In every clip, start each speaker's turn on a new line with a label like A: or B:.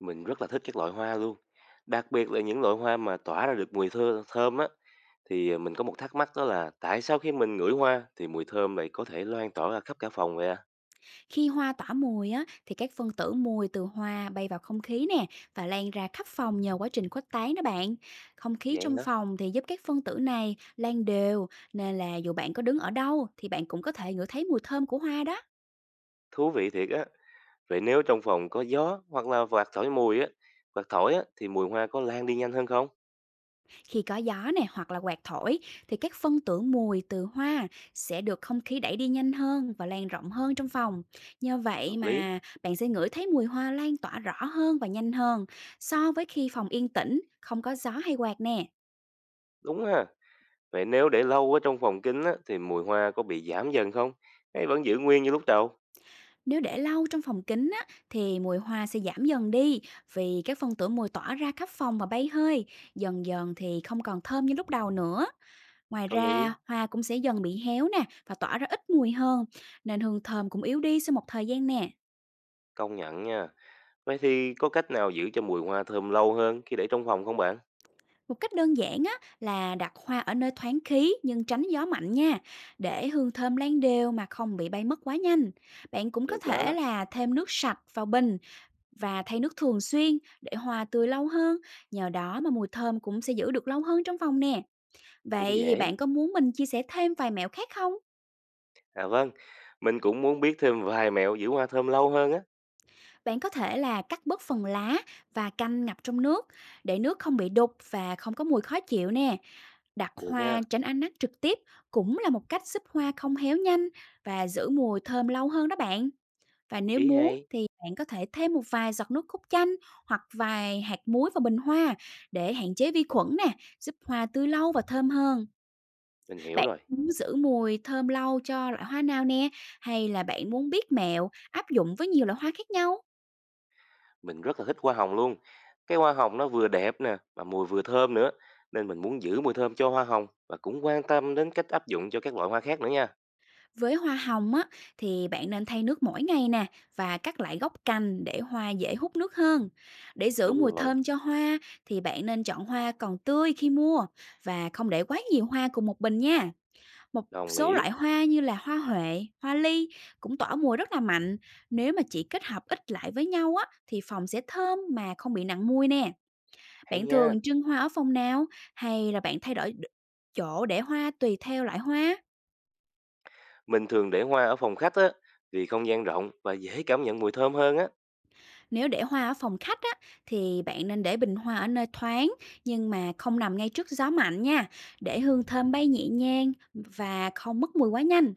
A: Mình rất là thích các loại hoa luôn, đặc biệt là những loại hoa mà tỏa ra được mùi thơ thơm á. Thì, mình có một thắc mắc đó là tại sao khi mình ngửi hoa thì mùi thơm lại có thể loang tỏa ra khắp cả phòng vậy à?
B: Khi hoa tỏa mùi á, thì các phân tử mùi từ hoa bay vào không khí nè và lan ra khắp phòng nhờ quá trình khuếch tán đó bạn. Không khí
A: Vậy
B: trong
A: hả?
B: phòng thì giúp các phân tử này lan đều, nên là dù bạn có đứng ở đâu thì bạn cũng có thể ngửi thấy mùi thơm của hoa đó.
A: Thú vị thiệt á. Vậy nếu trong phòng có gió hoặc là quạt thổi mùi á, quạt thổi á thì mùi hoa có lan đi nhanh hơn không?
B: Khi có gió nè hoặc là quạt thổi thì các phân tử mùi từ hoa sẽ được không khí đẩy đi nhanh hơn và lan rộng hơn trong phòng. Nhờ
A: Hợp
B: vậy
A: lý.
B: mà bạn sẽ ngửi thấy mùi hoa lan tỏa rõ hơn và nhanh hơn so với khi phòng yên tĩnh, không có gió hay quạt nè.
A: Đúng ha. Vậy nếu để lâu ở trong phòng kín á thì mùi hoa có bị giảm dần không? Hay vẫn giữ nguyên như lúc đầu?
B: Nếu để lâu trong phòng kín á, thì mùi hoa sẽ giảm dần đi vì các phân tử mùi tỏa ra khắp phòng và bay hơi. Dần dần thì không còn thơm như lúc đầu nữa. Ngoài
A: Có
B: ra,
A: lý,
B: hoa cũng sẽ dần bị héo nè và tỏa ra ít mùi hơn, nên hương thơm cũng yếu đi sau một thời gian nè.
A: công nhận nha. Vậy thì có cách nào giữ cho mùi hoa thơm lâu hơn khi để trong phòng không bạn?
B: Một cách đơn giản á, là đặt hoa ở nơi thoáng khí nhưng tránh gió mạnh nha, để hương thơm lan đều mà không bị bay mất quá nhanh. Bạn cũng có
A: Được đó,
B: thể là thêm nước sạch vào bình và thay nước thường xuyên để hoa tươi lâu hơn, nhờ đó mà mùi thơm cũng sẽ giữ được lâu hơn trong phòng nè.
A: cũng
B: Vậy
A: dễ.
B: bạn có muốn mình chia sẻ thêm vài mẹo khác không?
A: À vâng, mình cũng muốn biết thêm vài mẹo giữ hoa thơm lâu hơn á.
B: Bạn có thể là cắt bớt phần lá và canh ngập trong nước để nước không bị đục và không có mùi khó chịu nè. Đặt
A: Được nha,
B: hoa tránh ánh nắng trực tiếp cũng là một cách giúp hoa không héo nhanh và giữ mùi thơm lâu hơn đó bạn. Và nếu
A: ý
B: muốn
A: hay.
B: thì bạn có thể thêm một vài giọt nước cốt chanh hoặc vài hạt muối vào bình hoa để hạn chế vi khuẩn nè, giúp hoa tươi lâu và thơm hơn.
A: Mình hiểu
B: Bạn
A: rồi,
B: muốn giữ mùi thơm lâu cho loại hoa nào nè, hay là bạn muốn biết mẹo áp dụng với nhiều loại hoa khác nhau?
A: mình rất là thích hoa hồng luôn. Cái hoa hồng nó vừa đẹp nè, mà mùi vừa thơm nữa. Nên mình muốn giữ mùi thơm cho hoa hồng và cũng quan tâm đến cách áp dụng cho các loại hoa khác nữa nha.
B: Với hoa hồng á, thì bạn nên thay nước mỗi ngày nè và cắt lại gốc cành để hoa dễ hút nước hơn. Để giữ
A: Đúng
B: mùi
A: rồi,
B: thơm cho hoa thì bạn nên chọn hoa còn tươi khi mua và không để quá nhiều hoa cùng một bình nha. Một
A: đồng
B: số
A: ý.
B: loại hoa như là hoa huệ, hoa ly cũng tỏa mùi rất là mạnh. Nếu mà chỉ kết hợp ít lại với nhau á, thì phòng sẽ thơm mà không bị nặng mùi nè.
A: Hay
B: Bạn
A: nha.
B: thường trưng hoa ở phòng nào, hay là bạn thay đổi chỗ để hoa tùy theo loại hoa?
A: Mình thường để hoa ở phòng khách á, vì không gian rộng và dễ cảm nhận mùi thơm hơn á.
B: Nếu để hoa ở phòng khách á, thì bạn nên để bình hoa ở nơi thoáng nhưng mà không nằm ngay trước gió mạnh nha, để hương thơm bay nhẹ nhàng và không mất mùi quá nhanh.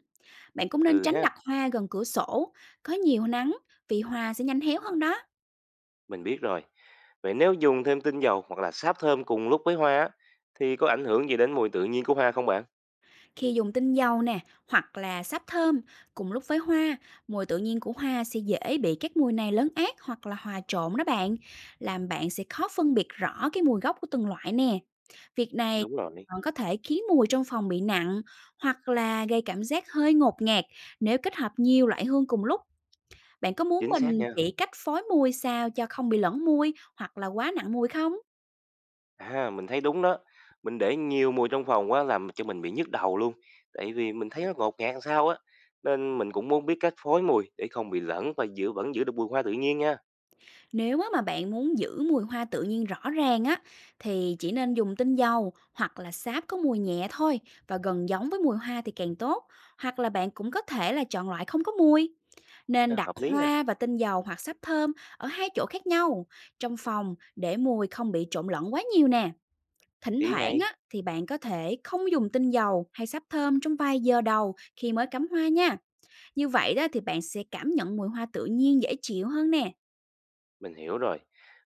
B: Bạn cũng nên
A: Ừ
B: tránh
A: ha.
B: đặt hoa gần cửa sổ, có nhiều nắng vì hoa sẽ nhanh héo hơn đó.
A: Mình biết rồi. Vậy nếu dùng thêm tinh dầu hoặc là sáp thơm cùng lúc với hoa á, thì có ảnh hưởng gì đến mùi tự nhiên của hoa không bạn?
B: Khi dùng tinh dầu nè, hoặc là sáp thơm cùng lúc với hoa, mùi tự nhiên của hoa sẽ dễ bị các mùi này lấn át hoặc là hòa trộn đó bạn, làm bạn sẽ khó phân biệt rõ cái mùi gốc của từng loại nè. Việc này
A: Đúng rồi,
B: còn có thể khiến mùi trong phòng bị nặng hoặc là gây cảm giác hơi ngột ngạt nếu kết hợp nhiều loại hương cùng lúc. Bạn có muốn
A: chính xác
B: mình
A: nha.
B: chỉ cách phối mùi sao cho không bị lẫn mùi hoặc là quá nặng mùi không?
A: À, mình thấy đúng đó. Mình để nhiều mùi trong phòng quá làm cho mình bị nhức đầu luôn. Tại vì mình thấy nó ngột ngạt sao á. Nên mình cũng muốn biết cách phối mùi để không bị lẫn và giữ giữ được mùi hoa tự nhiên nha.
B: Nếu á mà bạn muốn giữ mùi hoa tự nhiên rõ ràng á thì chỉ nên dùng tinh dầu hoặc là sáp có mùi nhẹ thôi, và gần giống với mùi hoa thì càng tốt. Hoặc là bạn cũng có thể là chọn loại không có mùi. Nên
A: À,
B: đặt
A: hợp lý nha.
B: hoa và tinh dầu hoặc sáp thơm ở hai chỗ khác nhau trong phòng để mùi không bị trộn lẫn quá nhiều nè. Thỉnh
A: Ý
B: thoảng
A: hay.
B: á thì bạn có thể không dùng tinh dầu hay sáp thơm trong vài giờ đầu khi mới cắm hoa nha. Như vậy đó thì bạn sẽ cảm nhận mùi hoa tự nhiên dễ chịu hơn nè.
A: Mình hiểu rồi.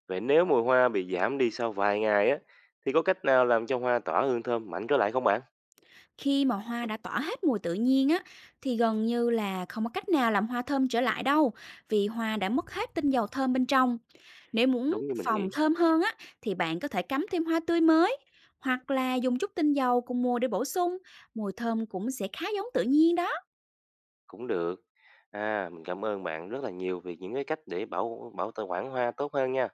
A: Vậy nếu mùi hoa bị giảm đi sau vài ngày á, thì có cách nào làm cho hoa tỏa hương thơm mạnh trở lại không bạn?
B: Khi mà hoa đã tỏa hết mùi tự nhiên á thì gần như là không có cách nào làm hoa thơm trở lại đâu, vì hoa đã mất hết tinh dầu thơm bên trong. Nếu muốn
A: Đúng như mình
B: phòng
A: nghĩ.
B: thơm hơn á thì bạn có thể cắm thêm hoa tươi mới hoặc là dùng chút tinh dầu cùng mùa để bổ sung, mùi thơm cũng sẽ khá giống tự nhiên đó.
A: Cũng được. À, mình cảm ơn bạn rất là nhiều vì những cái cách để bảo bảo t quản hoa tốt hơn nha.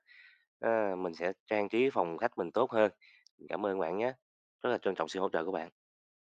A: À, mình sẽ trang trí phòng khách mình tốt hơn. Mình cảm ơn bạn nhé, rất là trân trọng sự hỗ trợ của bạn.